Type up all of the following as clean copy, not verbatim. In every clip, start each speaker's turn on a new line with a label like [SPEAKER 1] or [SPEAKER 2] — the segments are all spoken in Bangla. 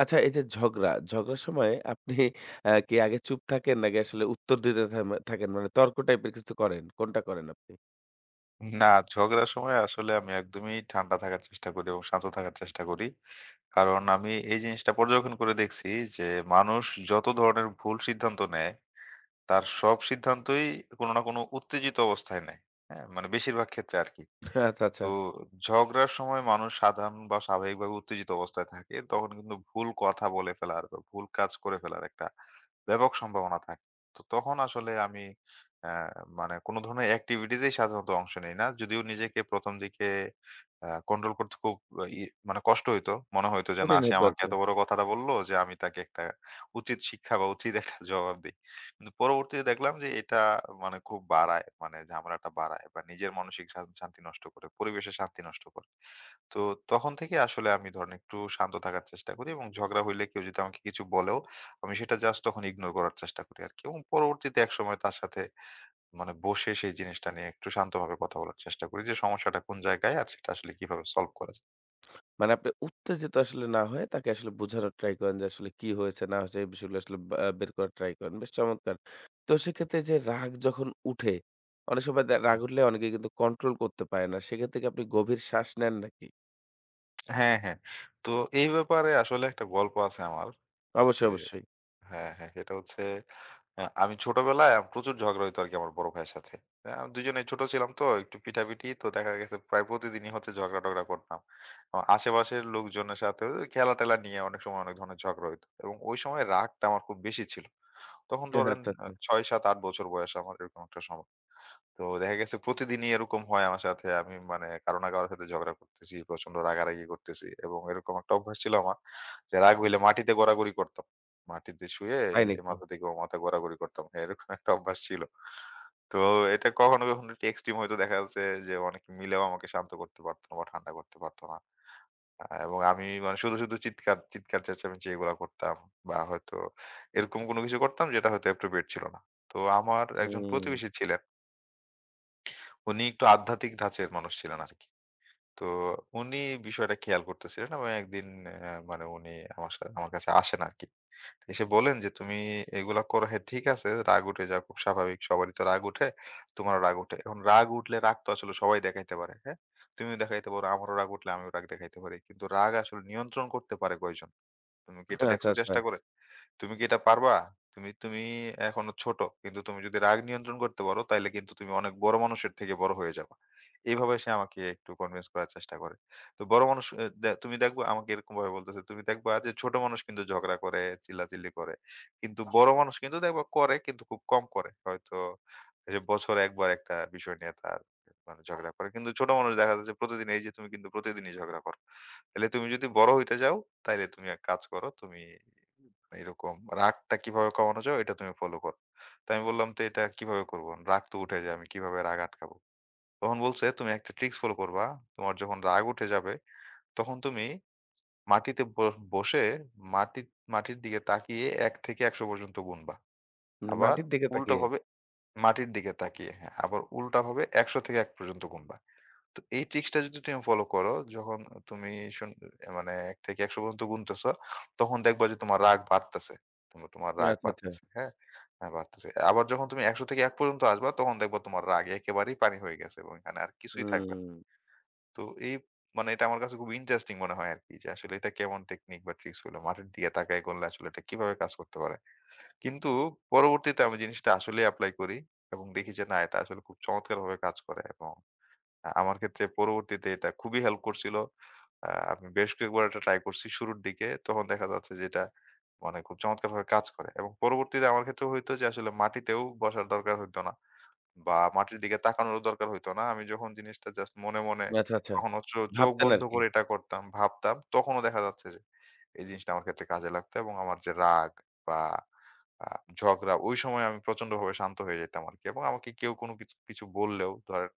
[SPEAKER 1] আচ্ছা, এই যে ঝগড়া, ঝগড়ার সময় আপনি কি আগে চুপ থাকেন নাকি আসলে উত্তর দিতে থাকেন? মানে তর্ক টাইপের কিছু করেন? কোনটা করেন আপনি?
[SPEAKER 2] না, ঝগড়ার সময় আসলে আমি একদমই ঠান্ডা থাকার চেষ্টা করি এবং শান্ত থাকার চেষ্টা করি। কারণ আমি এই জিনিসটা পর্যবেক্ষণ করে দেখছি যে মানুষ যত ধরনের ভুল সিদ্ধান্ত নেয়, তার সব সিদ্ধান্তই কোনো না কোনো উত্তেজিত অবস্থায় নেয়। হ্যাঁ? মানে বেশিরভাগ ক্ষেত্রে আরকি।
[SPEAKER 1] আচ্ছা, আচ্ছা।
[SPEAKER 2] তো ঝগড়ার সময় মানুষ সাধারণ বা স্বাভাবিকভাবে উত্তেজিত অবস্থায় থাকে। তখন কিন্তু ভুল কথা বলে ফেলার বা ভুল কাজ করে ফেলার একটা ব্যাপক সম্ভাবনা থাকে। তো তখন আসলে আমি অ্যা মানে কোন ধরনের activities এই সাধারণত অংশ নেই না। যদিও নিজেকে ১ম দিকে কন্ট্রোল করতে খুব আহ, ই মানে কষ্ট হইতো। মনে হইতো যে না,
[SPEAKER 1] কঠিন
[SPEAKER 2] সে
[SPEAKER 1] হতো
[SPEAKER 2] আমাকে
[SPEAKER 1] আরকি।
[SPEAKER 2] এত বড় কথাটা বলল যে আমি তাকে একটা উচিত শিক্ষা বা উচিত একটা জবাব দেই। কিন্তু পরবর্তীতে দেখলাম যে এটা মানে খুব বাড়ায়, মানে ঝামেলাটা বাড়ায় বা নিজের মানসিক শান্তি নষ্ট করে, পরিবেশের শান্তি নষ্ট করে। তো তখন থেকে আসলে আমি ধরেন একটু শান্ত থাকার চেষ্টা করি এবং ঝগড়া হইলে কেউ যদি আমাকে কিছু বলেও আমি সেটা জাস্ট তখন ইগনোর করার চেষ্টা করি আরকি। এবং পরবর্তীতে একসময় তার সাথে মানে বসে সেই জিনিসটা নিয়ে একটু শান্তভাবে কথা বলার চেষ্টা করি যে সমস্যাটা কোন জায়গায় আর সেটা আসলে কিভাবে সলভ করা যায়।
[SPEAKER 1] মানে আপনি উত্তেজিত আসলে না হয়ে তাকে আসলে বোঝানোর ট্রাই করেন যে আসলে কি হয়েছে না হয়েছে এই বিষয়গুলো আসলে বা বের করার ট্রাই করেন। বেশ চমৎকার। তো সেক্ষেত্রে এই যে রাগ যখন উঠে, অনেক সময় রাগ
[SPEAKER 2] হুম,
[SPEAKER 1] উঠলে অনেকে কিন্তু কন্ট্রোল করতে পারে না। সেক্ষেত্রে কি আপনি গভীর শ্বাস নেন নাকি?
[SPEAKER 2] হ্যাঁ, হ্যাঁ। তো এই ব্যাপারে আসলে একটা গল্প আছে আমার। যে
[SPEAKER 1] অবশ্যই, অবশ্যই।
[SPEAKER 2] হ্যাঁ, হ্যাঁ সেটা হচ্ছে হ্যাঁ, আমি ছোটবেলায় প্রচুর ঝগড়া হইতো আরকি আমার বড় ভাইয়ের সাথে। দুজনেই ছোট ছিলাম, তো একটু পিটাপিটি তো দেখা গেছে প্রায় প্রতিদিনই হচ্ছে, ঝগড়া-টগড়া করতাম। আশেপাশের লোকজনের সাথেও খেলা-টেলা নিয়ে অনেক সময় অনেক ধরনের ঝগড়া হইতো। এবং ওই সময় রাগটা আমার খুব বেশি ছিল। তখন ধরেন
[SPEAKER 1] আচ্ছা, আচ্ছা।
[SPEAKER 2] ৬, ৭, ৮ বছর বয়স আমার, এরকম একটা সময়। তো দেখা গেছে প্রতিদিনই এরকম হয় আমার সাথে। আমি মানে কারো না কারো সাথে ঝগড়া করতেছি, প্রচন্ড রাগারাগি করতেছি এবং এরকম একটা অভ্যাস ছিল আমার যে রাগ হইলে মাটিতে গড়াগড়ি করতাম। মাটিতে শুয়ে
[SPEAKER 1] তাই
[SPEAKER 2] এ
[SPEAKER 1] নাকি?
[SPEAKER 2] মাথা থেকে ও মাথা গড়াগড়ি করতাম। এরকম একটা অভ্যাস ছিল। তো এটা কখনো, কখনো একটু এক্সট্রিম হয়তো দেখা যাচ্ছে যে অনেকে মিলেও আমাকে শান্ত করতে পারতো না বা ঠান্ডা করতে পারতো না। এবং আমি মানে শুধু, শুধু চিৎকার, চিৎকার চেঁচামেচি এগুলা করতাম বা হয়তো এরকম কোনো কিছু করতাম যেটা হয়তো appropriate ছিল না। তো আমার একজন
[SPEAKER 1] হুম।
[SPEAKER 2] প্রতিবেশী ছিলেন, উনি একটু আধ্যাত্মিক ধাঁচের মানুষ ছিলেন আরকি। তো উনি বিষয়টা খেয়াল করতেছিলেন এবং একদিন মানে উনি আমার কাছে আসেন আরকি। এসে বলেন যে, "তুমি এগুলা করো, হ্যাঁ, ঠিক আছে, রাগ উঠে যাওয়া খুব স্বাভাবিক। সবারই তো রাগ উঠে, তোমারও রাগ উঠে। এখন রাগ উঠলে রাগ তো আসলে সবাই দেখাইতে পারে, হ্যাঁ? তুমিও দেখাইতে পারো, আমারও রাগ উঠলে আমিও রাগ দেখাইতে পারি। কিন্তু রাগ আসলে নিয়ন্ত্রণ করতে পারে কয়জন? তুমি কি এটা
[SPEAKER 1] আচ্ছা,
[SPEAKER 2] দেখছো
[SPEAKER 1] আচ্ছা।
[SPEAKER 2] চেষ্টা করে? তুমি কি এটা পারবা? তুমি তুমি এখনো ছোট। কিন্তু তুমি যদি রাগ নিয়ন্ত্রণ করতে পারো তাইলে কিন্তু তুমি অনেক বড় মানুষের থেকে বড় হয়ে যাবা।" এইভাবে সে আমাকে একটু কনভিন্স করার চেষ্টা করে। তো বড় মানুষ এ দে তুমি দেখবা আমাকে এরকমভাবে বলতেছে। তুমি দেখবা যে ছোট মানুষ কিন্তু ঝগড়া করে, চিল্লাচিল্লি করে। কিন্তু বড় মানুষ কিন্তু দেখবা করে, কিন্তু খুব কম করে। হয়তো এই যে বছরে একবার একটা বিষয় নিয়ে তার মানে ঝগড়া করে। কিন্তু ছোট মানুষ দেখা যাচ্ছে প্রতিদিন, এই যে তুমি কিন্তু প্রতিদিনই ঝগড়া করো। তাইলে তুমি যদি বড় হইতে চাও তাইলে তুমি এক কাজ করো। তুমি এরকম রাগটা কিভাবে কমানো যায় এটা তুমি ফলো করো। তো আমি বললাম, তো এটা কিভাবে করবো? রাগ তো উঠে যায়, আমি কিভাবে রাগ আটকাবো? তখন বলছে, তুমি একটা ট্রিকস ফলো করবা। তোমার যখন রাগ উঠে যাবে তখন তুমি মাটিতে বসে মাটি মাটির দিকে তাকিয়ে ১ থেকে ১০০ পর্যন্ত গুনবা।
[SPEAKER 1] মানে
[SPEAKER 2] আবার
[SPEAKER 1] মাটির দিকে তাকিয়ে?
[SPEAKER 2] উল্টাভাবে মাটির দিকে তাকিয়ে, হ্যাঁ, আবার উল্টাভাবে ১০০ থেকে ১ পর্যন্ত গুনবা। তো এই ট্রিক্সটা যদি তুমি ফলো করো, যখন তুমি শুন মানে ১ থেকে ১০০ পর্যন্ত গুনতেছো, তখন দেখবা যে তোমার রাগ বাড়তেছে। তোমার রাগ
[SPEAKER 1] আচ্ছা, আচ্ছা।
[SPEAKER 2] বাড়তেছে, হ্যাঁ? হ্যাঁ, বাড়তেছে। আবার যখন তুমি ১০০ থেকে ১ পর্যন্ত আসবা, তখন দেখবা তোমার রাগ একেবারেই পানি হয়ে গেছে এবং এখানে আর কিছুই থাকবে না।
[SPEAKER 1] হুম।
[SPEAKER 2] তো এই মানে এটা আমার কাছে খুব ইন্টারেস্টিং মনে হয় আরকি যে আসলে এটা কেমন টেকনিক বা ট্রিক্স হলো? মাঠের দিকে তাকায় করলে আসলে এটা কিভাবে কাজ করতে পারে? কিন্তু পরবর্তীতে আমি জিনিসটা আসলেই এপ্লাই করি এবং দেখি যে না, এটা আসলে খুব চমৎকারভাবে কাজ করে এবং আমার ক্ষেত্রে পরবর্তীতে এটা খুবই হেল্প করছিল। আমি বেশ কয়েকবার এটা ট্রাই করছি শুরুর দিকে। তখন দেখা যাচ্ছে যে এটা মানে খুব চমৎকারভাবে কাজ করে। এবং পরবর্তীতে আমার ক্ষেত্রে হইতো যে আসলে মাটিতেও বসার দরকার হইতো না বা মাটির দিকে তাকানোরও দরকার হইতো না। আমি যখন জিনিসটা জাস্ট মনে, মনে
[SPEAKER 1] আচ্ছা, আচ্ছা।
[SPEAKER 2] কখনো চোখ
[SPEAKER 1] ভাবতেন
[SPEAKER 2] বন্ধ
[SPEAKER 1] আরকি।
[SPEAKER 2] করে এটা করতাম, ভাবতাম, তখনও দেখা যাচ্ছে যে এই জিনিসটা আমার ক্ষেত্রে কাজে লাগতো এবং আমার যে রাগ বা আ ঝগড়া, ওই সময় আমি প্রচন্ডভাবে শান্ত হয়ে যেতাম আরকি। এবং আমাকে কেউ কোনো কিছু কিছু বললেও ধরেন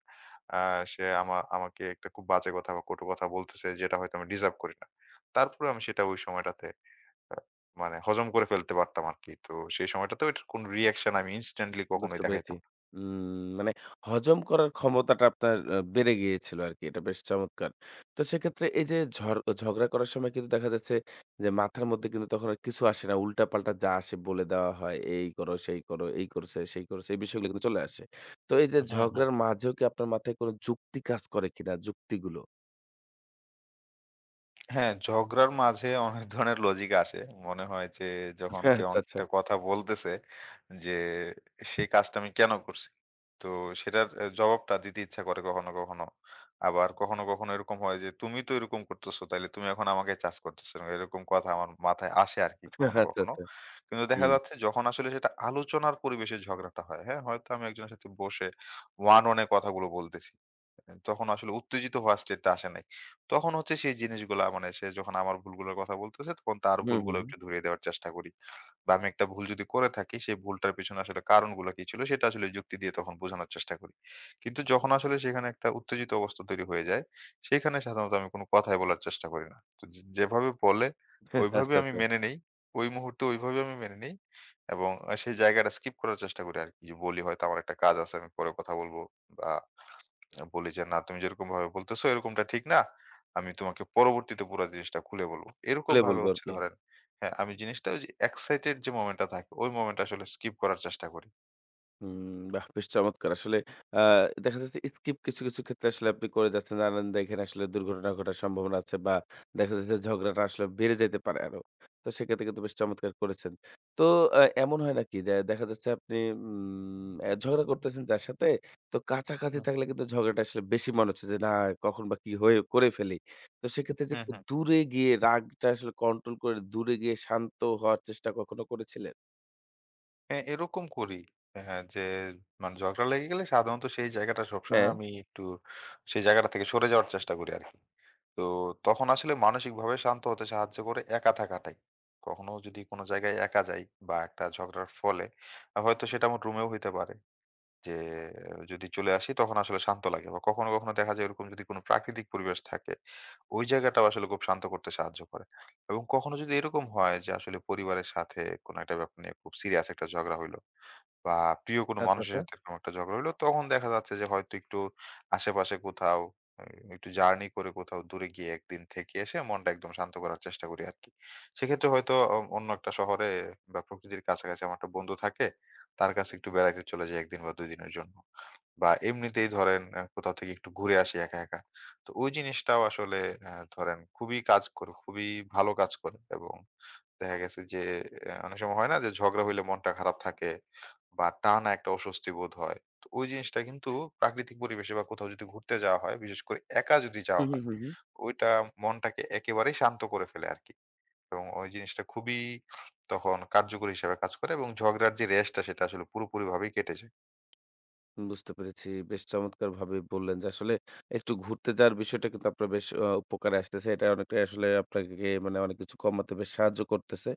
[SPEAKER 2] আ সে আমাকে একটা খুব বাজে কথা বা কটু কথা বলতেছে, যেটা হয়তো আমি ডিজার্ভ করি না। তারপরেও আমি সেটা ওই সময়টাতে আ মানে হজম করে ফেলতে পারতাম আরকি। তো সেই সময়টাতেও এটার কোনো রিঅ্যাকশন আমি ইনস্ট্যান্টলি কখনোই
[SPEAKER 1] বুঝতে পেরেছি।
[SPEAKER 2] দেখাইতাম না।
[SPEAKER 1] মানে হজম করার ক্ষমতাটা আপনার বেড়ে গিয়েছিল আরকি। এটা বেশ চমৎকার। তো সেক্ষেত্রে এই যে ঝগড়া করার সময় কিন্তু দেখা যাচ্ছে যে মাথার মধ্যে কিন্তু তখন আর কিছু আসে না। উল্টাপাল্টা যা আসে বলে দেওয়া হয়। এই করো, সেই করো, এই করছে, সেই করছে। এই বিষয়গুলো কিন্তু চলে আসে। তো এই যে
[SPEAKER 2] হুম, হুম,
[SPEAKER 1] ঝগড়ার মাঝেও কি আপনার মাথায় কোনো যুক্তি কাজ করে কিনা? যুক্তিগুলো?
[SPEAKER 2] হ্যাঁ, ঝগড়ার মাঝে অনেক ধরনের লজিক আসে। মনে হয় যে, যখন কেউ
[SPEAKER 1] আচ্ছা,
[SPEAKER 2] আমাকে
[SPEAKER 1] আচ্ছা।
[SPEAKER 2] একটা কথা বলতেছে যে সেই কাজটা আমি কেন করছি? তো সেটার জবাবটা দিতে ইচ্ছা করে কখনো, কখনো। আবার কখনো, কখনো এরকম হয় যে, তুমি তো এরকম করতেছো, তাইলে তুমি এখন আমাকে চার্জ করতেছো। এরকম কথা আমার মাথায় আসে আরকি
[SPEAKER 1] আচ্ছা,
[SPEAKER 2] কখনো, কখনো।
[SPEAKER 1] আচ্ছা।
[SPEAKER 2] কিন্তু দেখা
[SPEAKER 1] হুম।
[SPEAKER 2] যাচ্ছে যখন আসলে সেটা আলোচনার পরিবেশে ঝগড়াটা হয়, হ্যাঁ? হয়তো আমি একজনের সাথে বসে one on এ কথাগুলো বলতেছি। তখন আসলে উত্তেজিত হওয়ার স্টেটটা আসে নাই। তখন হচ্ছে সেই জিনিসগুলা, মানে সে যখন আমার ভুলগুলোর কথা বলতেছে তখন তার
[SPEAKER 1] হুম,
[SPEAKER 2] ভুলগুলো
[SPEAKER 1] হুম, হুম।
[SPEAKER 2] একটু ধরিয়ে দেওয়ার চেষ্টা করি। বা আমি একটা ভুল যদি করে থাকি, সেই ভুলটার পেছনে আসলে কারণগুলো কি ছিল সেটা আসলে যুক্তি দিয়ে তখন বোঝানোর চেষ্টা করি। কিন্তু যখন আসলে সেখানে একটা উত্তেজিত অবস্থা তৈরি হয়ে যায়, সেখানে সাধারণত আমি কোনো কথাই বলার চেষ্টা করি না। তো যে যেভাবে বলে ওইভাবে
[SPEAKER 1] আচ্ছা,
[SPEAKER 2] আমি
[SPEAKER 1] আচ্ছা।
[SPEAKER 2] মেনে নেই। ওই মুহূর্তে ওইভাবে আমি মেনে নেই এবং সেই জায়গাটা স্কিপ করার চেষ্টা করি আরকি। যে বলি, হয়তো আমার একটা কাজ আছে, আমি পরে কথা বলব, বা বলি যে, "না, তুমি যেরকমভাবে বলতেছো এরকমটা ঠিক না। আমি তোমাকে পরবর্তীতে পুরা জিনিসটা খুলে বলবো।"
[SPEAKER 1] খুলে
[SPEAKER 2] এরকমভাবে
[SPEAKER 1] বলবো
[SPEAKER 2] হচ্ছে
[SPEAKER 1] আরকি।
[SPEAKER 2] ধরেন, হ্যাঁ, আমি জিনিসটা ওই যে এক্সাইটেড যে মোমেন্টটা থাকে, ওই মোমেন্টটা আসলে স্কিপ করার চেষ্টা করি।
[SPEAKER 1] হুম। বাহ! বেশ চমৎকার। আসলে আ দেখা যাচ্ছে স্কিপ কিছু, কিছু ক্ষেত্রে আসলে আপনি করে যাচ্ছেন। জানেন যে এখানে আসলে দুর্ঘটনা ঘটার সম্ভাবনা আছে বা দেখা যাচ্ছে যে ঝগড়াটা আসলে বেড়ে যেতে পারে আরো। তো সেক্ষেত্রে কিন্তু বেশ চমৎকার করেছেন। তো এমন হয় নাকি যে দেখা যাচ্ছে আপনি উম অ্যা ঝগড়া করতেছেন যার সাথে, তো কাছাকাছি
[SPEAKER 2] হুম।
[SPEAKER 1] থাকলে কিন্তু ঝগড়াটা আসলে বেশি মনে হচ্ছে যে না কখন বা কি হয়ে করে ফেলি। তো সেক্ষেত্রে যে
[SPEAKER 2] হুম,
[SPEAKER 1] একটু
[SPEAKER 2] হুম।
[SPEAKER 1] দূরে গিয়ে রাগটা আসলে কন্ট্রোল করে দূরে গিয়ে শান্ত হওয়ার চেষ্টা কখনো করেছিলেন?
[SPEAKER 2] হ্যাঁ, এরকম করি। হ্যাঁ, যে মানে ঝগড়া লেগে গেলে সাধারণত সেই জায়গাটা সবসময়
[SPEAKER 1] হ্যাঁ।
[SPEAKER 2] আমি একটু, সেই জায়গাটা থেকে সরে যাওয়ার চেষ্টা করি আরকি। তো তখন আসলে মানসিকভাবে শান্ত হতে সাহায্য করে একা থাকাটাই। কখনো যদি কোনো জায়গায় একা যাই বা একটা ঝগড়ার ফলে হয়তো সেটা আমার রুমেও হইতে পারে। যে যদি চলে আসি তখন আসলে শান্ত লাগে, বা কখনো কখনো দেখা যায় এরকম, যদি কোনো প্রাকৃতিক পরিবেশ থাকে, ওই জায়গাটাও আসলে খুব শান্ত করতে সাহায্য করে। এবং কখনো যদি এরকম হয় যে আসলে পরিবারের সাথে কোনো একটা ব্যাপার নিয়ে খুব সিরিয়াস একটা ঝগড়া হইলো, বা প্রিয় কোনো
[SPEAKER 1] আচ্ছা,
[SPEAKER 2] মানুষের
[SPEAKER 1] আচ্ছা।
[SPEAKER 2] সাথে এরকম একটা ঝগড়া হইলো, তখন দেখা যাচ্ছে যে হয়তো একটু আশেপাশে কোথাও এ একটু জার্নি করে কোথাও দূরে গিয়ে একদিন থেকে এসে মনটা একদম শান্ত করার চেষ্টা করি আরকি। সেক্ষেত্রে হয়তো অন্য একটা শহরে বা প্রকৃতির কাছাকাছি আমার একটা বন্ধু থাকে, তার কাছে একটু বেড়াইতে চলে যাই ১ দিন বা ২ দিনের জন্য। বা এমনিতেই ধরেন কোথাও থেকে একটু ঘুরে আসি একা, একা। তো ওই জিনিসটাও আসলে ধরেন খুবই কাজ করে, খুবই ভালো কাজ করে এবং দেখা গেছে যে অনেক সময় হয় না যে ঝগড়া হইলে মনটা খারাপ থাকে বা টানা একটা অস্বস্তি বোধ হয়। তো ওই জিনিসটা কিন্তু প্রাকৃতিক পরিবেশে বা কোথাও যদি ঘুরতে যাওয়া হয়, বিশেষ করে একা যদি
[SPEAKER 1] হু,
[SPEAKER 2] যাওয়া
[SPEAKER 1] হু,
[SPEAKER 2] হয়,
[SPEAKER 1] হু, হু।
[SPEAKER 2] ওইটা মনটাকে একেবারেই শান্ত করে ফেলে আরকি। এবং ওই জিনিসটা খুবই তখন কার্যকরী হিসেবে কাজ করে এবং ঝগড়ার যে রেশটা সেটা আসলে পুরোপুরিভাবেই কেটে যায়।
[SPEAKER 1] বুঝতে পেরেছি। বেশ চমৎকারভাবে বললেন যে আসলে একটু ঘুরতে যাওয়ার বিষয়টা কিন্তু আপনার বেশ উপকারে আসতেছে। এটা অনেকটাই আসলে আপনাকে মানে অনেক কিছু কমাতে বেশ সাহায্য করতেছে।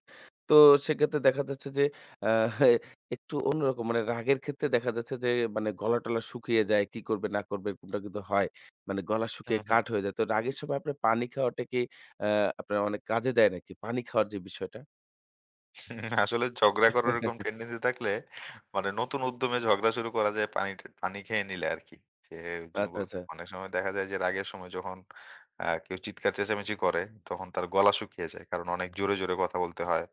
[SPEAKER 1] তো সেক্ষেত্রে দেখা যাচ্ছে যে আ একটু অন্যরকম মানে রাগের ক্ষেত্রে দেখা যাচ্ছে যে মানে গলা-টলা শুকিয়ে যায়, কি করবে না করবে এরকমটা কিন্তু হয়। মানে গলা
[SPEAKER 2] হুম,
[SPEAKER 1] শুকিয়ে
[SPEAKER 2] হুম।
[SPEAKER 1] কাঠ হয়ে যায়। তো রাগের সময় আপনার পানি খাওয়াটা কি আ আপনার অনেক কাজে দেয় নাকি? পানি খাওয়ার যে বিষয়টা?
[SPEAKER 2] আসলে ঝগড়া করার এরকম টেন্ডেন্সি থাকলে মানে নতুন উদ্যমে ঝগড়া শুরু করা যায়, পানি পানি খেয়ে নিলে আর কি। যে যুগ
[SPEAKER 1] আচ্ছা, আচ্ছা।
[SPEAKER 2] অনেক সময় দেখা যায় যে রাগের সময় যখন কেউ চিৎকার চেঁচামেচি করে তখন তার গলা শুকিয়ে যায়। কারণ অনেক জোরে, জোরে কথা বলতে হয়।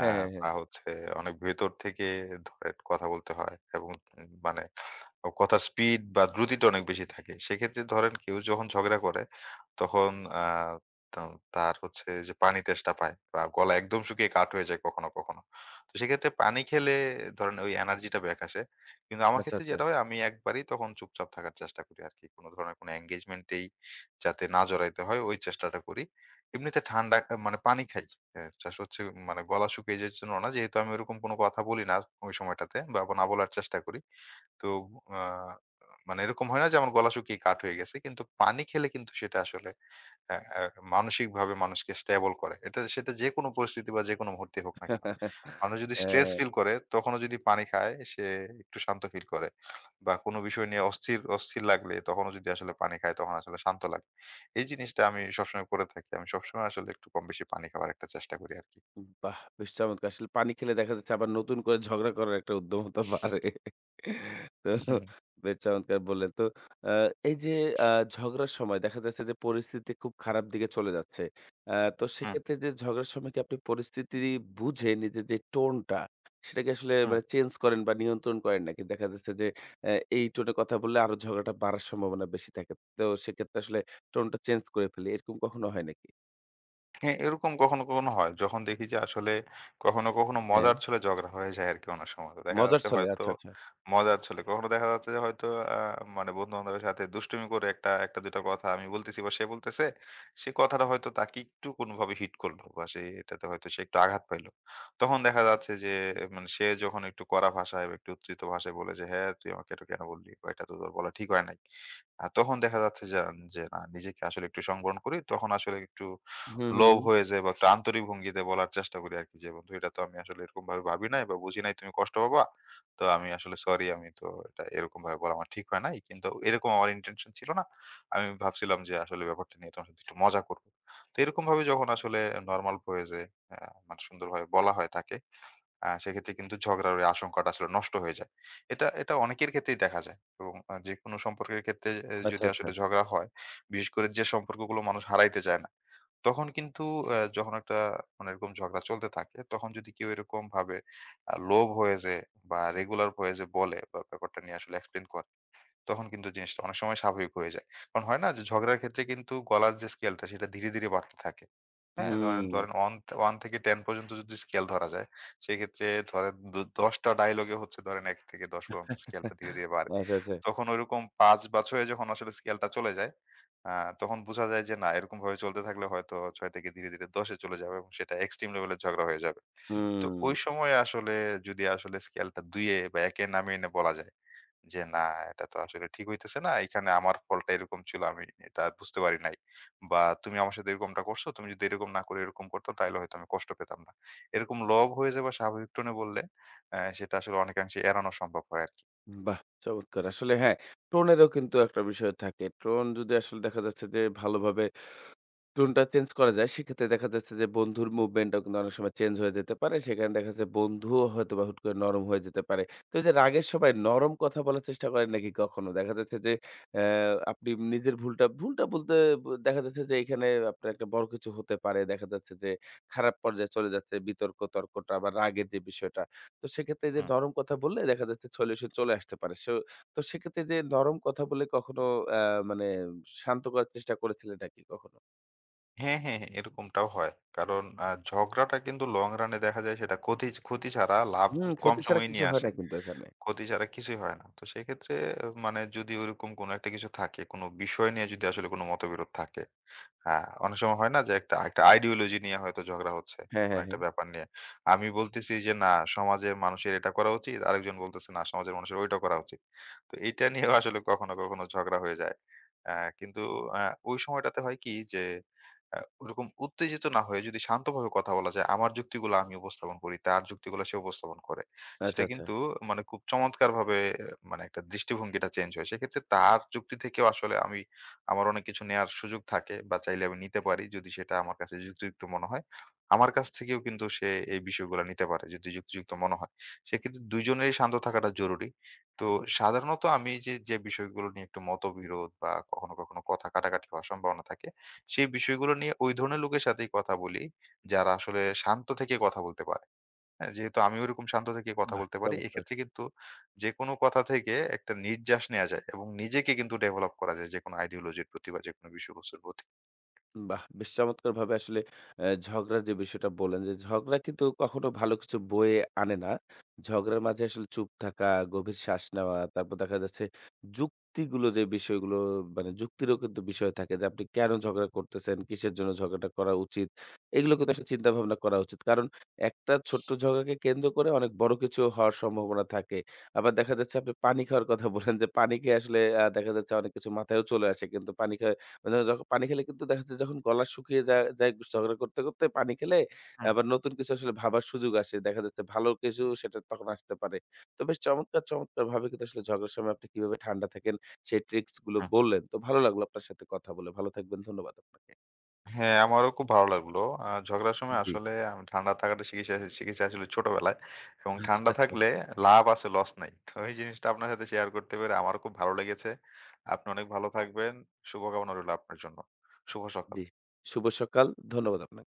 [SPEAKER 1] হ্যাঁ, হ্যাঁ, হ্যাঁ।
[SPEAKER 2] বা হচ্ছে অনেক ভেতর থেকে ধরেন কথা বলতে হয় এবং মানে কথার স্পিড বা দ্রুতিটা অনেক বেশি থাকে। সেক্ষেত্রে ধরেন কেউ যখন ঝগড়া করে তখন আ তা তার হচ্ছে যে পানি তেষ্টা পায় বা গলা একদম শুকিয়ে কাঠ হয়ে যায় কখনো, কখনো। তো সেক্ষেত্রে পানি খেলে ধরেন ওই এনার্জিটা ব্যাক আসে। কিন্তু আমার
[SPEAKER 1] আচ্ছা,
[SPEAKER 2] ক্ষেত্রে
[SPEAKER 1] আচ্ছা।
[SPEAKER 2] যেটা হয়, আমি একবারেই তখন চুপচাপ থাকার চেষ্টা করি আরকি। কোন ধরনের কোন engagement এই যাতে না জড়াইতে হয় ওই চেষ্টাটা করি। এমনিতে ঠান্ডা মানে পানি খাই। হ্যাঁ, চাষ হচ্ছে মানে গলা শুকিয়ে যাওয়ার জন্য না। যেহেতু আমি ওরকম কোনো কথা বলি না ওই সময়টাতে, বা না বলার চেষ্টা করি। তো আ মানে এরকম হয় না যে আমার গলা শুকিয়ে কাঠ হয়ে গেছে। কিন্তু পানি খেলে কিন্তু সেটা আসলে আ আ মানসিকভাবে মানুষকে স্টেবল করে। এটা সেটা যেকোনো পরিস্থিতি বা যেকোনো মুহূর্তে হোক না কেন। মানুষ
[SPEAKER 1] হ্যাঁ।
[SPEAKER 2] যদি স্ট্রেস
[SPEAKER 1] হ্যাঁ।
[SPEAKER 2] ফিল করে তখনও যদি পানি খায় সে একটু শান্ত ফিল করে। বা কোনো বিষয় নিয়ে অস্থির, অস্থির লাগলে তখনও যদি আসলে পানি খায় তখন আসলে শান্ত লাগে। এই জিনিসটা আমি সবসময় করে থাকি। আমি সবসময় আসলে একটু কম বেশি পানি খাওয়ার একটা চেষ্টা করি আরকি।
[SPEAKER 1] বাহ! বেশ চমৎকার। আসলে পানি খেলে দেখা যাচ্ছে আবার নতুন করে ঝগড়া করার একটা উদ্যমতা বাড়ে। তো
[SPEAKER 2] হ্যাঁ,
[SPEAKER 1] বেশ চমৎকার বললেন। তো আ এই যে আ ঝগড়ার সময় দেখা যাচ্ছে যে পরিস্থিতি খুব খারাপ দিকে চলে যাচ্ছে। আ তো
[SPEAKER 2] হ্যাঁ,
[SPEAKER 1] সেক্ষেত্রে যে ঝগড়ার সময় কি আপনি পরিস্থিতি বুঝে নিজের যে টোনটা সেটাকে আসলে
[SPEAKER 2] হ্যাঁ।
[SPEAKER 1] মানে চেঞ্জ করেন বা নিয়ন্ত্রণ করেন নাকি দেখা যাচ্ছে যে এই টোনে কথা বললে আরো ঝগড়াটা বাড়ার সম্ভাবনা বেশি থাকে। তো সেক্ষেত্রে আসলে টোনটা চেঞ্জ করে ফেলি। এরকম কখনো হয় নাকি?
[SPEAKER 2] হ্যাঁ, এরকম কখনো, কখনো হয়। যখন দেখি যে আসলে কখনো, কখনো
[SPEAKER 1] হ্যাঁ।
[SPEAKER 2] মজার ছলে ঝগড়া হয়ে যায় আরকি অনেক সময়। তো দেখা
[SPEAKER 1] মজার
[SPEAKER 2] যাচ্ছে
[SPEAKER 1] ছলে
[SPEAKER 2] হয়তো
[SPEAKER 1] আচ্ছা, আচ্ছা।
[SPEAKER 2] মজার ছলে। কখনো দেখা যাচ্ছে যে হয়তো আ মানে বন্ধু-বান্ধবের সাথে দুষ্টুমি করে একটা ১ ২ টা কথা আমি বলতেছি বা সে বলতেছে। সে কথাটা হয়তো তাকে একটু কোনোভাবে হিট করলো বা সে এটাতে হয়তো সে একটু আঘাত পাইলো। তখন দেখা যাচ্ছে যে মানে সে যখন একটু কড়া ভাষায় বা একটু উচ্চিত ভাষায় বলে যে, "হ্যাঁ, তুই আমাকে এটা কেন বললি? বা এটা তো তোর বলা ঠিক হয় নাই।" তখন দেখা যাচ্ছে যে, যে না নিজেকে আসলে একটু সংবরণ করি। তখন আসলে একটু
[SPEAKER 1] হুম, হুম,
[SPEAKER 2] লোভ
[SPEAKER 1] হুম।
[SPEAKER 2] হয়ে যায় বা একটা আন্তরিক ভঙ্গিতে বলার চেষ্টা করি আরকি যে, "বন্ধু এটা তো আমি আসলে এরকম ভাবে ভাবি নাই বা বুঝি নাই তুমি কষ্ট পাবা। তো আমি আসলে সরি আমি তো এটা এরকম ভাবে বলা আমার ঠিক হয় নাই। কিন্তু এরকম আমার ইনটেনশন ছিল না। আমি ভাবছিলাম যে আসলে ব্যাপারটা নিয়ে তোমার সাথে একটু মজা করব।" তো এরকম ভাবে যখন আসলে নরমাল হয়ে যায়, আ মানে সুন্দরভাবে বলা হয় তাকে, সেক্ষেত্রে কিন্তু ঝগড়ার ওই আশঙ্কাটা আসলে নষ্ট হয়ে যায়। এটা এটা অনেকের ক্ষেত্রেই দেখা যায় এবং যেকোনো সম্পর্কের ক্ষেত্রে এ
[SPEAKER 1] আচ্ছা,
[SPEAKER 2] যদি
[SPEAKER 1] আচ্ছা।
[SPEAKER 2] আসলে ঝগড়া হয়, বিশেষ করে যে সম্পর্কগুলো মানুষ হারাইতে চায় না। তখন কিন্তু যখন একটা মানে এরকম ঝগড়া চলতে থাকে, তখন যদি কেউ এরকম ভাবে লোভ হয়ে যে বা রেগুলার হয়ে যে বলে বা ব্যাপারটা নিয়ে আসলে এক্সপ্লেইন করে, তখন কিন্তু জিনিসটা অনেক সময় স্বাভাবিক হয়ে যায়। কারণ হয় না যে ঝগড়ার ক্ষেত্রে কিন্তু গলার যে স্কেলটা সেটা ধীরে, ধীরে বাড়তে থাকে। হ্যাঁ? ধরেন,
[SPEAKER 1] হুম।
[SPEAKER 2] ধরেন 1 থেকে 10 পর্যন্ত যদি স্কেল ধরা যায়, সেক্ষেত্রে ধরেন ১০ টা ডায়ালগে হচ্ছে ধরেন ১ থেকে ১০ পর্যন্ত স্কেলটা ধীরে, ধীরে বাড়ে।
[SPEAKER 1] আচ্ছা, আচ্ছা।
[SPEAKER 2] তখন ঐরকম ৫ বছরে যখন আসলে স্কেলটা চলে যায়, আ তখন বুঝা যায় যে না এরকমভাবে চলতে থাকলে হয়তো ৬ থেকে ধীরে, ধীরে ১০ এ চলে যাবে এবং সেটা এক্সট্রিম লেভেলের ঝগড়া হয়ে যাবে। তো
[SPEAKER 1] হুম।
[SPEAKER 2] ওই সময়ে আসলে যদি আসলে স্কেলটা ২ এ বা ১ এ নামিয়ে এনে বলা যায় যে, "না এটা তো আসলে ঠিক হইতেছে না। এখানে আমার ফলটা এরকম ছিল। আমি এটা বুঝতে পারি নাই। বা তুমি আমার সাথে এরকমটা করছো। তুমি যদি এরকম না করে এরকম করতা তাইলে হয়তো আমি কষ্ট পেতাম না।" এরকম লব হয়ে যাওয়া স্বাভাবিক টোনে বললে সেটা আসলে অনেকাংশে এড়ানো সম্ভব হয় আরকি।
[SPEAKER 1] বাহ! চমৎকার। আসলে হ্যাঁ, টোনেরও কিন্তু একটা বিষয় থাকে। টোন যদি আসলে দেখা যাচ্ছে যে ভালোভাবে টোনটা চেঞ্জ করা যায়। সেক্ষেত্রে দেখা যাচ্ছে যে বন্ধুর মুভমেন্টটাও কিন্তু অনেক সময় চেঞ্জ হয়ে যেতে পারে। সেখানে দেখা যাচ্ছে বন্ধুও হয়তোবা হুট করে নরম হয়ে যেতে পারে। তো এই যে রাগের সময় নরম কথা বলার চেষ্টা করেন নাকি কখনো? দেখা যাচ্ছে যে অ্যা আপনি নিজের ভুলটা বলতে, দেখা যাচ্ছে যে এখানে আপনার একটা বড় কিছু হতে পারে। দেখা যাচ্ছে যে খারাপ পর্যায়ে চলে যাচ্ছে বিতর্ক, তর্কটা বা রাগের যে বিষয়টা। তো সেক্ষেত্রে এই যে
[SPEAKER 2] হুম।
[SPEAKER 1] নরম কথা বললে দেখা যাচ্ছে সলিউশন চলে আসতে পারে। সো তো সেক্ষেত্রে যে নরম কথা বলে কখনো অ্যা মানে শান্ত করার চেষ্টা করেছিলেন নাকি কখনো?
[SPEAKER 2] হ্যাঁ, হ্যাঁ, হ্যাঁ, এরকমটাও হয়। কারণ ঝগড়াটা কিন্তু লং রানে দেখা যায় সেটা ক্ষতি ক্ষতি ছাড়া লাভ
[SPEAKER 1] হুম,
[SPEAKER 2] খুব কম
[SPEAKER 1] ক্ষতি ছাড়া
[SPEAKER 2] সময়ে
[SPEAKER 1] কিছু
[SPEAKER 2] নিয়ে
[SPEAKER 1] হয়
[SPEAKER 2] আসে।
[SPEAKER 1] না কিন্তু এখানে।
[SPEAKER 2] ক্ষতি ছাড়া কিছুই হয় না। তো সেক্ষেত্রে মানে যদি ওরকম কোনো একটা কিছু থাকে, কোনো বিষয় নিয়ে যদি আসলে কোনো মতবিরোধ থাকে হ্যাঁ, অনেক সময় হয় না যে একটা একটা আইডিওলজি নিয়ে হয়তো ঝগড়া হচ্ছে,
[SPEAKER 1] হ্যাঁ,
[SPEAKER 2] কোনো
[SPEAKER 1] হ্যাঁ,
[SPEAKER 2] একটা
[SPEAKER 1] হ্যাঁ।
[SPEAKER 2] ব্যাপার নিয়ে। আমি বলতেছি যে না সমাজের মানুষের এটা করা উচিত, আরেকজন বলতেছে না সমাজের মানুষের ওইটা করা উচিত। তো এইটা নিয়েও আসলে কখনো, কখনো ঝগড়া হয়ে যায়। কিন্তু আ ওই সময়টাতে হয় কি যে ওরকম উত্তেজিত না হয়ে যদি শান্তভাবে কথা বলা যায়, আমার যুক্তিগুলো আমি উপস্থাপন করি, তার যুক্তিগুলো সে উপস্থাপন করে। সেটা
[SPEAKER 1] আচ্ছা, আচ্ছা।
[SPEAKER 2] কিন্তু মানে খুব চমৎকারভাবে মানে একটা দৃষ্টিভঙ্গিটা চেঞ্জ হয়। সেক্ষেত্রে তার যুক্তি থেকেও আসলে আমি আমার অনেক কিছু নেয়ার সুযোগ থাকে বা চাইলে আমি নিতে পারি যদি সেটা আমার কাছে যুক্তিযুক্ত মনে হয়। আমার কাছ থেকেও কিন্তু সে এই বিষয়গুলা নিতে পারে যদি যুক্তিযুক্ত মনে হয়। সেক্ষেত্রে ২ জনেরই শান্ত থাকাটা জরুরি। তো সাধারণত আমি যে বিষয়গুলো নিয়ে একটু মতবিরোধ বা কখনো, কখনো কথা কাটাকাটি হওয়ার সম্ভাবনা থাকে, সেই বিষয়গুলো নিয়ে ওই ধরনের লোকের সাথেই কথা বলি, যারা আসলে শান্ত থেকে কথা বলতে পারে। হ্যাঁ, যেহেতু আমি ওরকম শান্ত থেকে কথা
[SPEAKER 1] বাহ!
[SPEAKER 2] বলতে পারি,
[SPEAKER 1] চমৎকার।
[SPEAKER 2] এক্ষেত্রে কিন্তু যেকোনো কথা থেকে একটা নির্যাস নেয়া যায় এবং নিজেকে কিন্তু ডেভেলপ করা যায় যেকোনো আইডিওলজির প্রতি বা যেকোনো বিষয়বস্তুর প্রতি।
[SPEAKER 1] বাহ! বেশ চমৎকারভাবে আসলে ঝগড়ার যে বিষয়টা বললেন যে, ঝগড়া কিন্তু কখনো ভালো কিছু বয়ে আনে না। ঝগড়ার মাঝে আসলে চুপ থাকা, গভীর শ্বাস নেওয়া, তারপর দেখা যাচ্ছে যুক্তিগুলো যে বিষয়গুলো মানে যুক্তিরও কিন্তু বিষয় থাকে যে, আপনি কেন ঝগড়া করতেছেন? কিসের জন্য ঝগড়াটা করা উচিত? এগুলো কিন্তু আসলে চিন্তা ভাবনা করা উচিত। কারণ একটা ছোট্ট ঝগড়াকে কেন্দ্র করে অনেক বড় কিছু হওয়ার সম্ভাবনা থাকে। আবার দেখা যাচ্ছে আপনি পানি খাওয়ার কথা বললেন যে, পানি খেয়ে আসলে দেখা যাচ্ছে অনেক কিছু মাথায়ও চলে আসে। কিন্তু পানি খায় মানে পানি খেলে কিন্তু দেখা যায় যখন গলা শুকিয়ে যায় যায় ঝগড়া করতে, করতে পানি খেলে
[SPEAKER 2] হুম,
[SPEAKER 1] আবার নতুন কিছু আসলে ভাবার সুযোগ আসে। দেখা যাচ্ছে ভালো কিছু সেটা তখন আসতে পারে। তো বেশ চমৎকার, চমৎকারভাবে কিন্তু আসলে ঝগড়ার সময় আপনি কিভাবে ঠান্ডা থাকেন সেই ট্রিক্স গুলো
[SPEAKER 2] হুম।
[SPEAKER 1] বললেন। তো ভালো লাগলো আপনার সাথে কথা বলে। ভালো থাকবেন। ধন্যবাদ আপনাকে।
[SPEAKER 2] হ্যাঁ, আমারও খুব ভালো লাগলো। ঝগড়ার সময়
[SPEAKER 1] জি।
[SPEAKER 2] আসলে আমি ঠান্ডা থাকাটা শিখেছি শিখেছি আসলে ছোটবেলায়। এবং
[SPEAKER 1] আচ্ছা,
[SPEAKER 2] ঠান্ডা
[SPEAKER 1] আচ্ছা।
[SPEAKER 2] থাকলে লাভ আছে লস নাই। তো এই জিনিসটা আপনার সাথে শেয়ার করতে পেরে আমারও খুব ভালো লেগেছে। আপনি অনেক ভালো থাকবেন। শুভকামনা রইলো আপনার জন্য। শুভ সকাল।
[SPEAKER 1] জি। শুভ সকাল। ধন্যবাদ আপনাকে।